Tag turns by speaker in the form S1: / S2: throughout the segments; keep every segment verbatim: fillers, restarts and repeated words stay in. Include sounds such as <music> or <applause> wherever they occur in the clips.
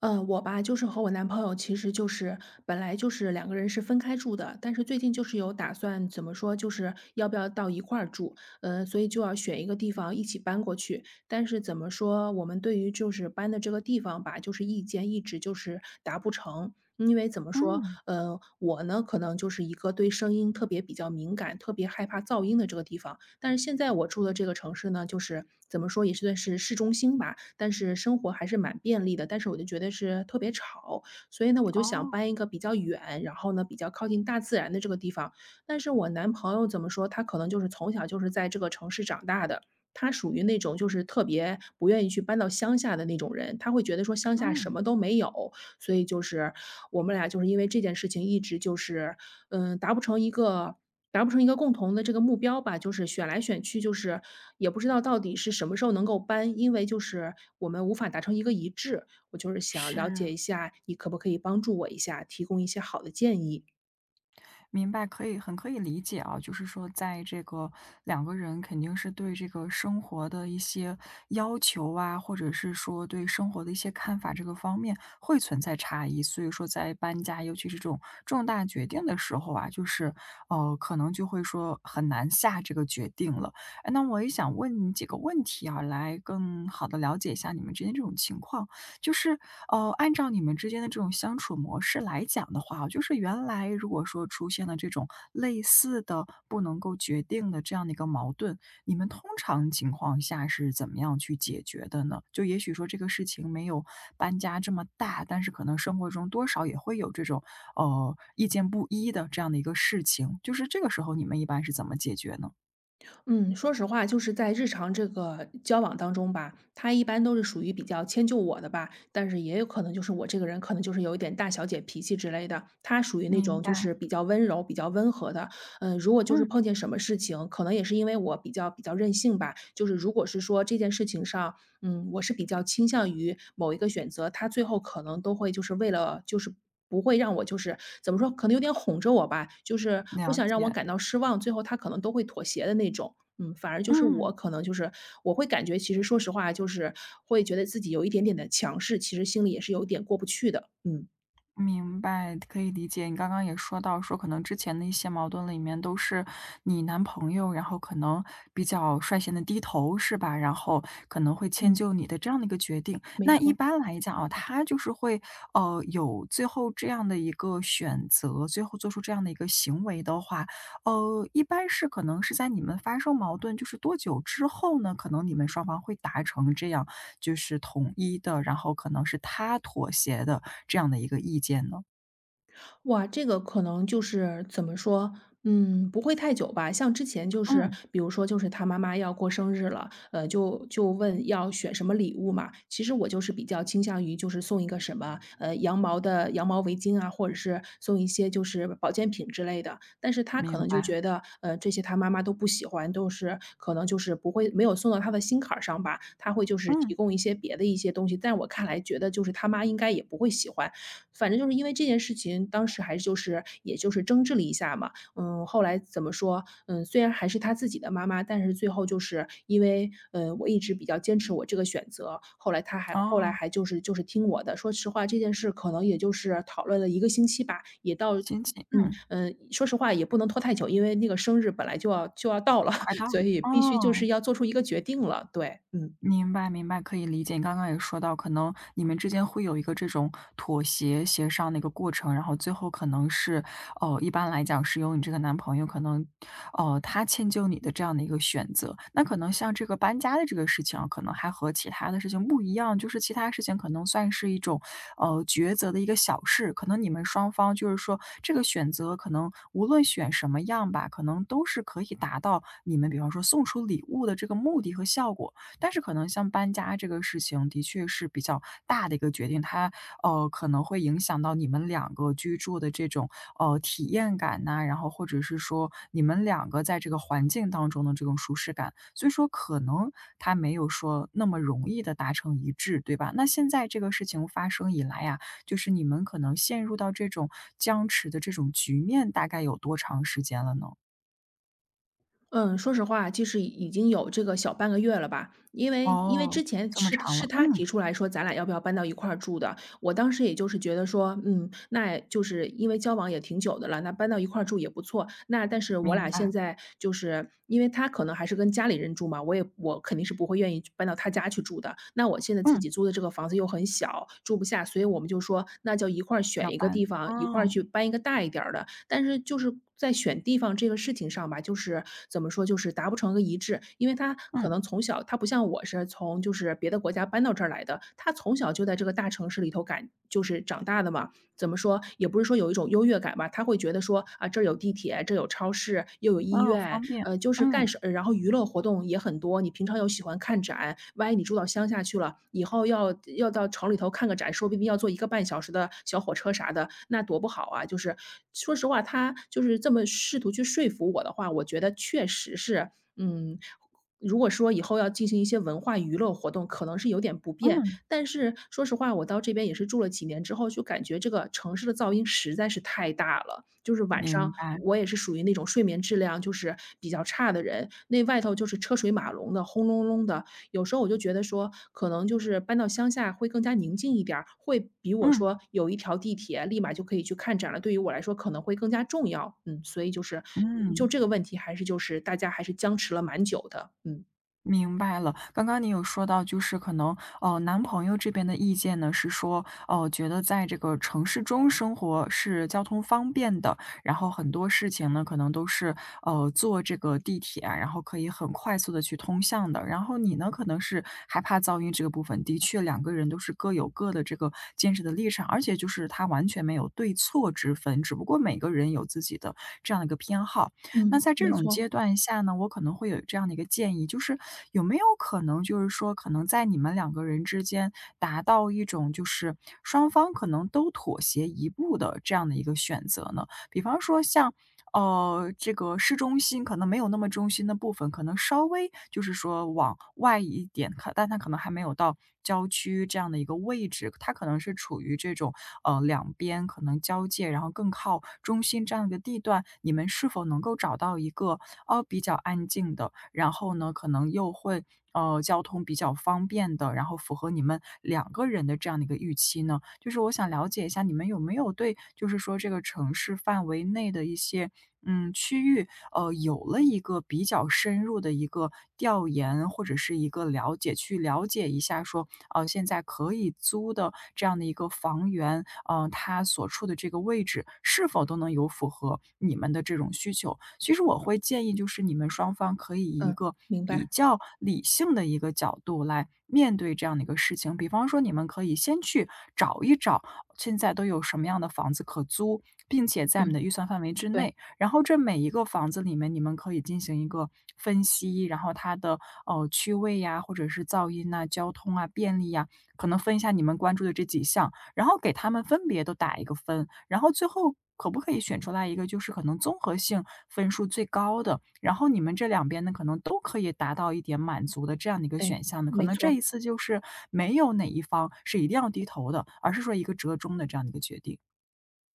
S1: 嗯呃，我吧，就是和我男朋友其实就是本来就是两个人是分开住的，但是最近就是有打算，怎么说，就是要不要到一块儿住，呃，所以就要选一个地方一起搬过去。但是怎么说，我们对于就是搬的这个地方吧，就是意见一直就是达不成。因为怎么说，
S2: 嗯，
S1: 呃，我呢可能就是一个对声音特别比较敏感、特别害怕噪音的这个地方，但是现在我住的这个城市呢，就是怎么说也算是市中心吧，但是生活还是蛮便利的，但是我就觉得是特别吵，所以呢，我就想
S2: 哦，
S1: 搬一个比较远，然后呢比较靠近大自然的这个地方。但是我男朋友怎么说，他可能就是从小就是在这个城市长大的。他属于那种就是特别不愿意去搬到乡下的那种人，他会觉得说乡下什
S2: 嗯，
S1: 么都没有，所以就是我们俩就是因为这件事情一直就是，嗯，达不成一个达不成一个共同的这个目标吧，就是选来选去，就是也不知道到底是什么时候能够搬，因为就是我们无法达成一个一致。我就是想了
S2: 是，
S1: 解一下，你可不可以帮助我一下，提供一些好的建议？
S2: 明白，可以很可以理解啊，就是说在这个两个人肯定是对这个生活的一些要求啊，或者是说对生活的一些看法这个方面会存在差异，所以说在搬家，尤其是这种重大决定的时候啊，就是呃，可能就会说很难下这个决定了。哎，那我也想问你几个问题啊，来更好的了解一下你们之间这种情况。就是哦，按照你们之间的这种相处模式来讲的话啊，就是原来如果说出现了这种类似的不能够决定的这样的一个矛盾，你们通常情况下是怎么样去解决的呢？就也许说这个事情没有搬家这么大，但是可能生活中多少也会有这种呃意见不一的这样的一个事情，就是这个时候你们一般是怎么解决呢？
S1: 嗯，说实话，就是在日常这个交往当中吧，他一般都是属于比较迁就我的吧，但是也有可能就是我这个人可能就是有一点大小姐脾气之类的，他属于那
S2: 明
S1: 种就
S2: 白，
S1: 是比较温柔、比较温和的。嗯，如果就是
S2: 嗯，
S1: 碰见什么事情，可能也是因为我比较比较任性吧，就是如果是说这件事情上嗯，我是比较倾向于某一个选择，他最后可能都会就是为了就是不会让我就是怎么说，可能有点哄着我吧，就是不
S2: 了
S1: 想让我
S2: 解，
S1: 感到失望，最后他可能都会妥协的那种。嗯，反而就是
S2: 嗯。
S1: 我可能就是我会感觉，其实说实话，就是会觉得自己有一点点的强势，其实心里也是有点过不去的。嗯
S2: 明白，可以理解。你刚刚也说到，说可能之前的一些矛盾里面都是你男朋友，然后可能比较率先的低头，是吧？然后可能会迁
S1: 嗯，
S2: 就你的这样的一个决定。
S1: 没
S2: 那一
S1: 错。
S2: 般来讲啊，他就是会呃有最后这样的一个选择，最后做出这样的一个行为的话，呃，一般是可能是在你们发生矛盾，就是多久之后呢？可能你们双方会达成这样，就是统一的，然后可能是他妥协的这样的一个意见呢？
S1: 哇，这个可能就是怎么说，嗯，不会太久吧。像之前就是，
S2: 嗯，
S1: 比如说就是他妈妈要过生日了，呃，就就问要选什么礼物嘛。其实我就是比较倾向于就是送一个什么，呃，羊毛的羊毛围巾啊，或者是送一些就是保健品之类的。但是他可
S2: 明
S1: 能就
S2: 白。
S1: 觉得，呃，这些他妈妈都不喜欢，都是可能就是不会没有送到他的心坎儿上吧。他会就是
S2: 嗯，
S1: 提供一些别的一些东西，在我看来觉得就是他妈应该也不会喜欢。反正就是因为这件事情，当时还就是也就是争执了一下嘛。嗯，后来怎么说，嗯，虽然还是他自己的妈妈，但是最后就是因为，呃，我一直比较坚持我这个选择，后来他还后来
S2: 哦，
S1: 还就是就是听我的。说实话，这件事可能也就是讨论了一个星期吧，也到
S2: 心情，
S1: 嗯，
S2: 嗯，
S1: 嗯，呃说实话也不能拖太久，因为那个生日本来就要就要到了，
S2: 快到
S1: <laughs> 所
S2: 了，
S1: 以必须就是
S2: 哦。
S1: 要做出一个决定了，对，嗯。
S2: 明白明白，可以理解。你刚刚也说到，可能你们之间会有一个这种妥协、协商的一个过程，然后最后可能是，哦，一般来讲是由你这个男朋友可能，呃，他迁就你的这样的一个选择。那可能像这个搬家的这个事情啊，可能还和其他的事情不一样，就是其他事情可能算是一种，呃，抉择的一个小事。可能你们双方就是说这个选择，可能无论选什么样吧，可能都是可以达到你们，比方说送出礼物的这个目的和效果。但是可能像搬家这个事情的确是比较大的一个决定，它，呃，可能会影响到你们两个居住的这种，呃，体验感呐，然后或者是说你们两个在这个环境当中的这种舒适感，所以说可能它没有说那么容易的达成一致，对吧？那现在这个事情发生以来呀，就是你们可能陷入到这种僵持的这种局面大概有多长时间了呢？
S1: 嗯，说实话，其实已已经有这个小半个月了吧，因为因为
S2: 哦，
S1: 之前
S2: 这么
S1: 是
S2: 长了，
S1: 是他
S2: 嗯，
S1: 提出来说咱俩要不要搬到一块儿住的，我当时也就是觉得说，嗯，那就是因为交往也挺久的了，那搬到一块儿住也不错。那但是我
S2: 明
S1: 俩现
S2: 白，
S1: 在就是因为他可能还是跟家里人住嘛，我也我肯定是不会愿意去搬到他家去住的。那我现在自
S2: 嗯，
S1: 己租的这个房子又很小，住不下，所以我们就说那就一块儿
S2: 要
S1: 选一个地
S2: 搬，
S1: 方，一块儿
S2: 哦。
S1: 去搬一个大一点儿的。但是就是在选地方这个事情上吧，就是怎么说，就是达不成个一致。因为他可
S2: 嗯，
S1: 能从小他不像我是从就是别的国家搬到这儿来的，他从小就在这个大城市里头感就是长大的嘛。怎么说，也不是说有一种优越感吧，他会觉得说啊，这儿有地铁，这儿有超市，又有医
S2: 哦，
S1: 院，
S2: 方便，
S1: 呃，就是干
S2: 嗯，
S1: 什然后娱乐活动也很多，你平常又喜欢看展，万一你住到乡下去了，以后要要到城里头看个展，说不定要坐一个半小时的小火车啥的，那多不好啊！就是说实话，他就是这么试图去说服我的话，我觉得确实是，嗯，如果说以后要进行一些文化娱乐活动，可能是有点不便。
S2: 嗯，
S1: 但是说实话，我到这边也是住了几年之后，就感觉这个城市的噪音实在是太大了。就是晚上
S2: 明白，
S1: 我也是属于那种睡眠质量就是比较差的人，那外头就是车水马龙的，轰隆隆的。有时候我就觉得说，可能就是搬到乡下会更加宁静一点儿，会比我
S2: 嗯，
S1: 说有一条地铁立马就可以去看展了，对于我来说可能会更加重要。嗯，所以就是就
S2: 嗯。
S1: 这个问题，还是就是大家还是僵持了蛮久的。嗯
S2: 明白了，刚刚你有说到，就是可能，呃，男朋友这边的意见呢是说，哦，觉得在这个城市中生活是交通方便的，然后很多事情呢可能都是，呃，坐这个地铁啊然后可以很快速的去通向的。然后你呢可能是害怕噪音这个部分，的确两个人都是各有各的这个坚持的立场，而且就是他完全没有对错之分，只不过每个人有自己的这样的一个偏好。那
S1: 嗯，
S2: 在这
S1: 没
S2: 种阶
S1: 错。
S2: 段下呢，我可能会有这样的一个建议，就是有没有可能，就是说，可能在你们两个人之间达到一种就是双方可能都妥协一步的这样的一个选择呢？比方说像呃，这个市中心可能没有那么中心的部分，可能稍微就是说往外一点，可但它可能还没有到郊区这样的一个位置，它可能是处于这种，呃，两边可能交界，然后更靠中心这样一个地段，你们是否能够找到一个，呃，比较安静的，然后呢，可能又会，呃，交通比较方便的，然后符合你们两个人的这样的一个预期呢？就是我想了解一下，你们有没有对就是说这个城市范围内的一些嗯区域呃，有了一个比较深入的一个调研或者是一个了解，去了解一下说，呃，现在可以租的这样的一个房源，呃，它所处的这个位置是否都能有符合你们的这种需求。其实我会建议就是你们双方可以以一
S1: 嗯，
S2: 个
S1: 明
S2: 比
S1: 白。
S2: 较理性的一个角度来面对这样的一个事情。比方说，你们可以先去找一找现在都有什么样的房子可租，并且在你们
S1: 嗯，
S2: 的预算范围之
S1: 对。
S2: 内，然后这每一个房子里面，你们可以进行一个分析，然后它的呃区位呀，或者是噪音呐、交通啊、便利呀，可能分一下你们关注的这几项，然后给他们分别都打一个分，然后最后。可不可以选出来一个，就是可能综合性分数最高的，然后你们这两边呢，可能都可以达到一点满足的这样的一个
S1: 哎，
S2: 选项呢？可
S1: 没
S2: 能这
S1: 错。
S2: 一次就是没有哪一方是一定要低头的，而是说一个折中的这样的一个决定。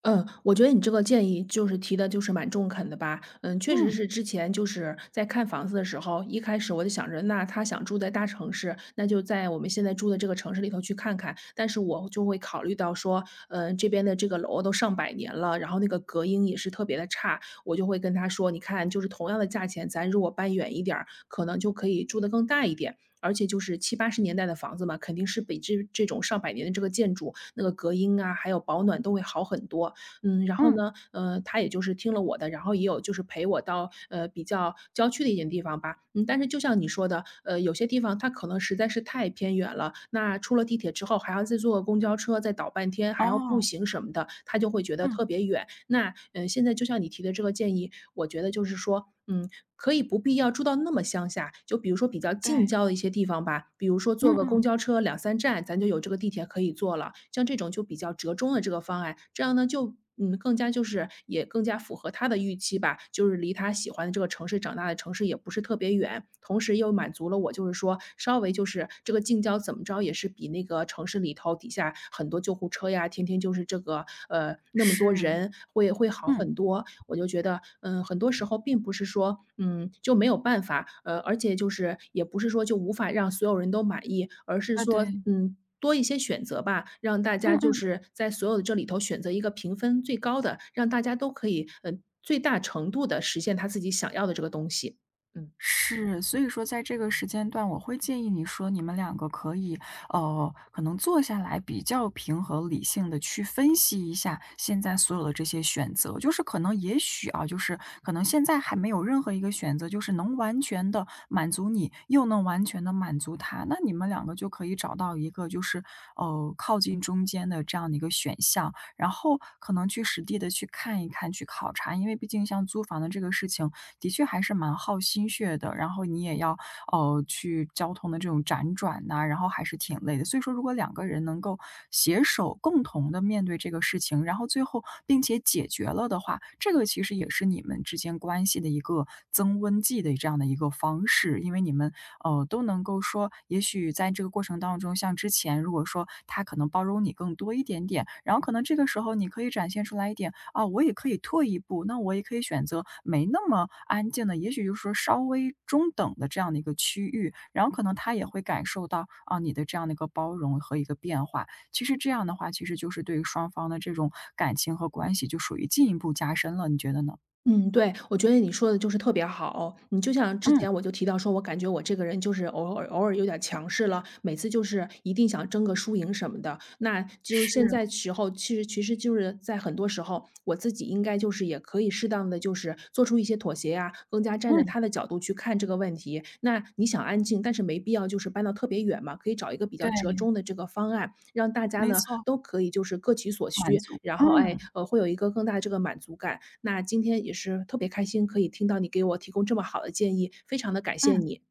S1: 嗯，我觉得你这个建议就是提的就是蛮中肯的吧。嗯，确实
S2: 嗯
S1: 是之前就是在看房子的时候，一开始我就想着，那他想住在大城市，那就在我们现在住的这个城市里头去看看。但是我就会考虑到说，嗯，这边的这个楼都上百年了，然后那个隔音也是特别的差，我就会跟他说，你看，就是同样的价钱，咱如果搬远一点儿，可能就可以住的更大一点。而且就是七八十年代的房子嘛，肯定是比这这种上百年的这个建筑，那个隔音啊，还有保暖都会好很多。嗯，然后
S2: 嗯，
S1: 呢，呃，他也就是听了我的，然后也有就是陪我到，呃，比较郊区的一点地方吧。嗯，但是就像你说的，呃，有些地方它可能实在是太偏远了，那出了地铁之后还要再坐个公交车，再倒半天，还要步
S2: 哦，
S1: 行什么的，他就会觉得
S2: 嗯，
S1: 特别远。那嗯，呃，现在就像你提的这个建议，我觉得就是说，嗯，可以不必要住到那么乡下，就比如说比较近
S2: 对，
S1: 郊的一些地方吧，比如说坐
S2: 嗯
S1: 个公
S2: 嗯。
S1: 交车两三站，咱就有这个地铁可以坐了。像这种就比较折中的这个方案，这样呢就，嗯，更加就是也更加符合他的预期吧，就是离他喜欢的这个城市长大的城市也不是特别远，同时又满足了我就是说稍微就是这个近郊怎么着也是比那个城市里头底下很多。多救护车呀，天天就是这个呃，那么多
S2: 是，
S1: 人会会好
S2: 嗯，
S1: 很多。我就觉得，嗯，很多时候并不是说，嗯，就没有办法，呃，而且就是也不是说就无法让所有人都满意，而是
S2: 啊，
S1: 说，
S2: 对，
S1: 嗯，多一些选择吧，让大
S2: 嗯
S1: 家就
S2: 嗯，
S1: 是在所有的这里头选择一个评分最高的，让大家都可以，嗯，呃最大程度的实现他自己想要的这个东西，嗯。
S2: 是。所以说在这个时间段，我会建议你说你们两个可以，呃，可能坐下来比较平和理性的去分析一下现在所有的这些选择。就是可能也许啊，就是可能现在还没有任何一个选择，就是能完全的满足你，又能完全的满足他，那你们两个就可以找到一个就是，呃，靠近中间的这样的一个选项。然后可能去实地的去看一看、去考察。因为毕竟像租房的这个事情，的确还是蛮耗心血的，然后你也要，呃，去交通的这种辗转呐，然后还是挺累的。所以说如果两个人能够携手共同的面对这个事情，然后最后并且解决了的话，这个其实也是你们之间关系的一个增温剂的这样的一个方式。因为你们，呃，都能够说，也许在这个过程当中，像之前如果说他可能包容你更多一点点，然后可能这个时候你可以展现出来一点，啊，我也可以退一步，那我也可以选择没那么安静的，也许就是说稍微中等的这样的一个区域，然后可能他也会感受到啊你的这样的一个包容和一个变化。其实这样的话，其实就是对于双方的这种感情和关系就属于进一步加深了，你觉得呢？
S1: 嗯，对，我觉得你说的就是特别好。你就像之
S2: 嗯，
S1: 前我就提到说，我感觉我这个人就是偶尔偶尔有点强势了，每次就是一定想争个输赢什么的。那就是
S2: 是，
S1: 现在时候，其实其实就是在很多时候，我自己应该就是也可以适当的就是做出一些妥协呀、更加站在
S2: 嗯，
S1: 他的角度去看这个问题，那你想安静，但是没必要就是搬到特别远嘛，可以找一个比较
S2: 对，
S1: 折中的这个方案，让大家
S2: 没
S1: 呢
S2: 错，
S1: 都可以就是各取所
S2: 满
S1: 需，
S2: 足，
S1: 然后哎，
S2: 嗯
S1: 呃，会有一个更大的这个满足感。那今天也是特别开心，可以听到你给我提供这么好的建议，非常的感谢
S2: 嗯，
S1: 你，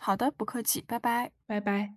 S2: 好的，不客气，拜拜。
S1: 拜拜。